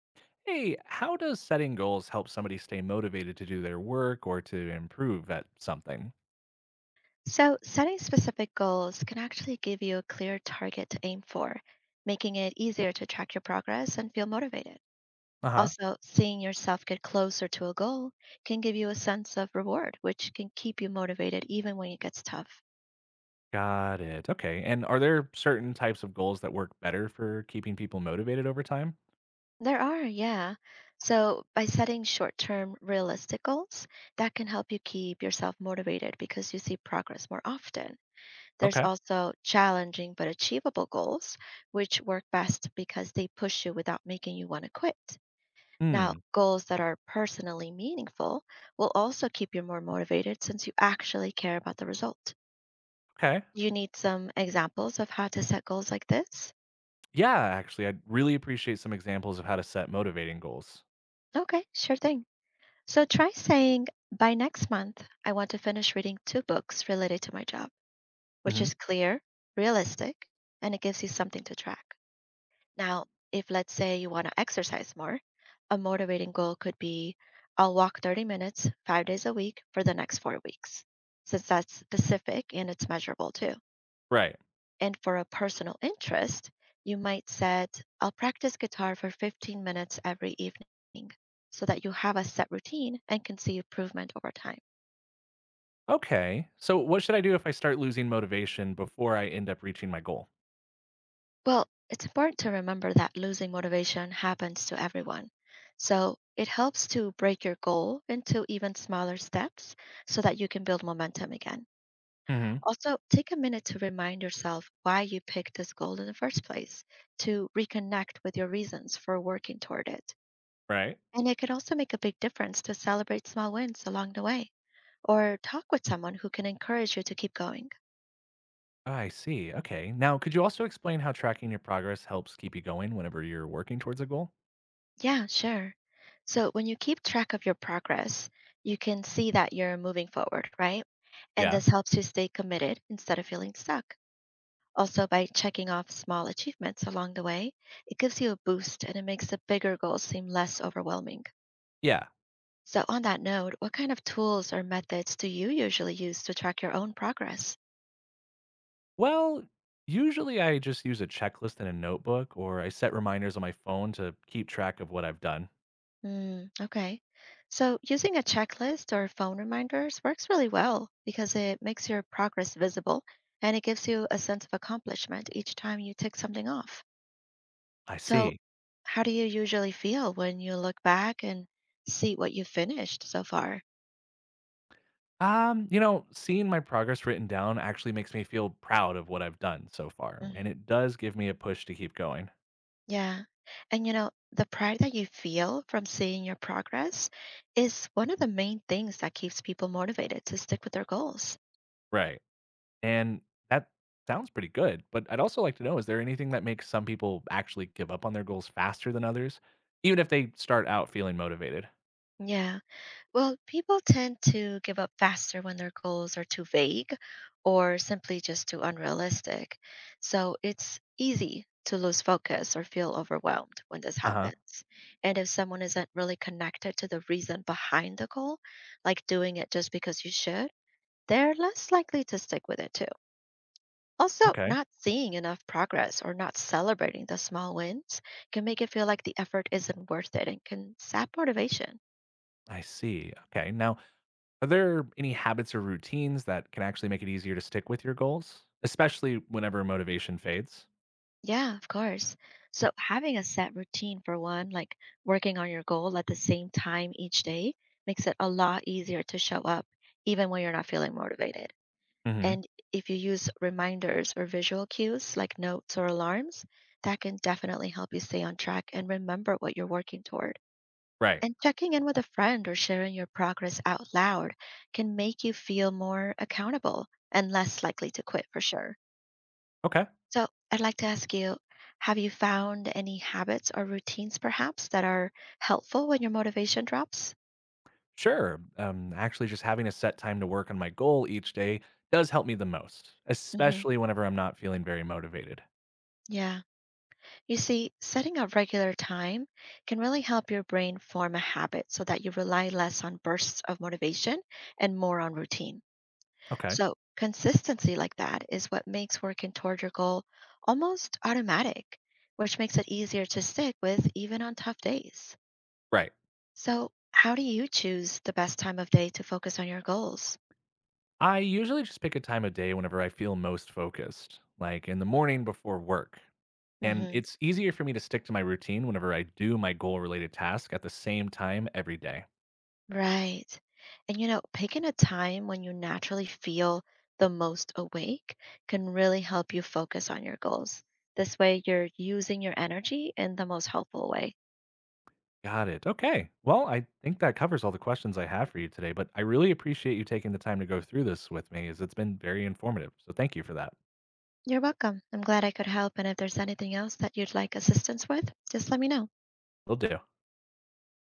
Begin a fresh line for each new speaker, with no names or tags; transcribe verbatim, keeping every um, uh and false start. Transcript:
Hey, how does setting goals help somebody stay motivated to do their work or to improve at something?
So, setting specific goals can actually give you a clear target to aim for, making it easier to track your progress and feel motivated.
Uh huh.
Also, seeing yourself get closer to a goal can give you a sense of reward, which can keep you motivated even when it gets tough.
Got it. Okay. And are there certain types of goals that work better for keeping people motivated over time?
There are, yeah. So, by setting short term realistic goals, that can help you keep yourself motivated because you see progress more often. There's
Okay.
also challenging but achievable goals, which work best because they push you without making you want to quit. Now,
Hmm.
goals that are personally meaningful will also keep you more motivated since you actually care about the result.
Okay.
You need some examples of how to set goals like this?
Yeah, actually, I'd really appreciate some examples of how to set motivating goals.
Okay, sure thing. So try saying, by next month, I want to finish reading two books related to my job, which
Hmm.
is clear, realistic, and it gives you something to track. Now, if let's say you want to exercise more, a motivating goal could be I'll walk thirty minutes five days a week for the next four weeks, since that's specific and it's measurable too.
Right.
And for a personal interest, you might set I'll practice guitar for fifteen minutes every evening so that you have a set routine and can see improvement over time.
Okay. So, what should I do if I start losing motivation before I end up reaching my goal?
Well, it's important to remember that losing motivation happens to everyone. So it helps to break your goal into even smaller steps so that you can build momentum again.
Hmm.
Also, take a minute to remind yourself why you picked this goal in the first place, to reconnect with your reasons for working toward it.
Right.
And it can also make a big difference to celebrate small wins along the way or talk with someone who can encourage you to keep going.
I see. Okay. Now, could you also explain how tracking your progress helps keep you going whenever you're working towards a goal?
Yeah, sure. So when you keep track of your progress, you can see that you're moving forward, right? And
Yeah.
this helps you stay committed instead of feeling stuck. Also, by checking off small achievements along the way, it gives you a boost and it makes the bigger goals seem less overwhelming.
Yeah.
So, on that note, what kind of tools or methods do you usually use to track your own progress?
Well, usually I just use a checklist in a notebook or I set reminders on my phone to keep track of what I've done.
Mm, okay. So using a checklist or phone reminders works really well because it makes your progress visible and it gives you a sense of accomplishment each time you tick something off.
I
So,
see.
how do you usually feel when you look back and see what you finished so far?
Um, you know, seeing my progress written down actually makes me feel proud of what I've done so far, and
Hmm.
it does give me a push to keep going.
Yeah. And you know, the pride that you feel from seeing your progress is one of the main things that keeps people motivated to stick with their goals.
Right. And that sounds pretty good, but I'd also like to know, is there anything that makes some people actually give up on their goals faster than others, even if they start out feeling motivated?
Yeah. Well, people tend to give up faster when their goals are too vague or simply just too unrealistic. So it's easy to lose focus or feel overwhelmed when this
Uh-huh.
happens. And if someone isn't really connected to the reason behind the goal, like doing it just because you should, they're less likely to stick with it too. Also,
Okay.
not seeing enough progress or not celebrating the small wins can make it feel like the effort isn't worth it and can sap motivation.
I see. Okay. Now, are there any habits or routines that can actually make it easier to stick with your goals, especially whenever motivation fades?
Yeah, of course. So having a set routine for one, like working on your goal at the same time each day, makes it a lot easier to show up even when you're not feeling motivated.
Hmm.
And if you use reminders or visual cues like notes or alarms, that can definitely help you stay on track and remember what you're working toward.
Right.
And checking in with a friend or sharing your progress out loud can make you feel more accountable and less likely to quit for sure.
Okay.
So I'd like to ask you, have you found any habits or routines perhaps that are helpful when your motivation drops?
Sure. Um, actually, just having a set time to work on my goal each day does help me the most,
Hmm.
especially whenever I'm not feeling very motivated.
Yeah. You see, setting a regular time can really help your brain form a habit so that you rely less on bursts of motivation and more on routine.
Okay.
So consistency like that is what makes working toward your goal almost automatic, which makes it easier to stick with even on tough days.
Right.
So, how do you choose the best time of day to focus on your goals?
I usually just pick a time of day whenever I feel most focused, like in the morning before work. And
Hmm.
it's easier for me to stick to my routine whenever I do my goal related task at the same time every day.
Right. And you know, picking a time when you naturally feel the most awake can really help you focus on your goals. This way, you're using your energy in the most helpful way.
Got it. Okay. Well, I think that covers all the questions I have for you today, but I really appreciate you taking the time to go through this with me as it's been very informative. So thank you for that.
You're welcome. I'm glad I could help. And if there's anything else that you'd like assistance with, just let me know.
Will do.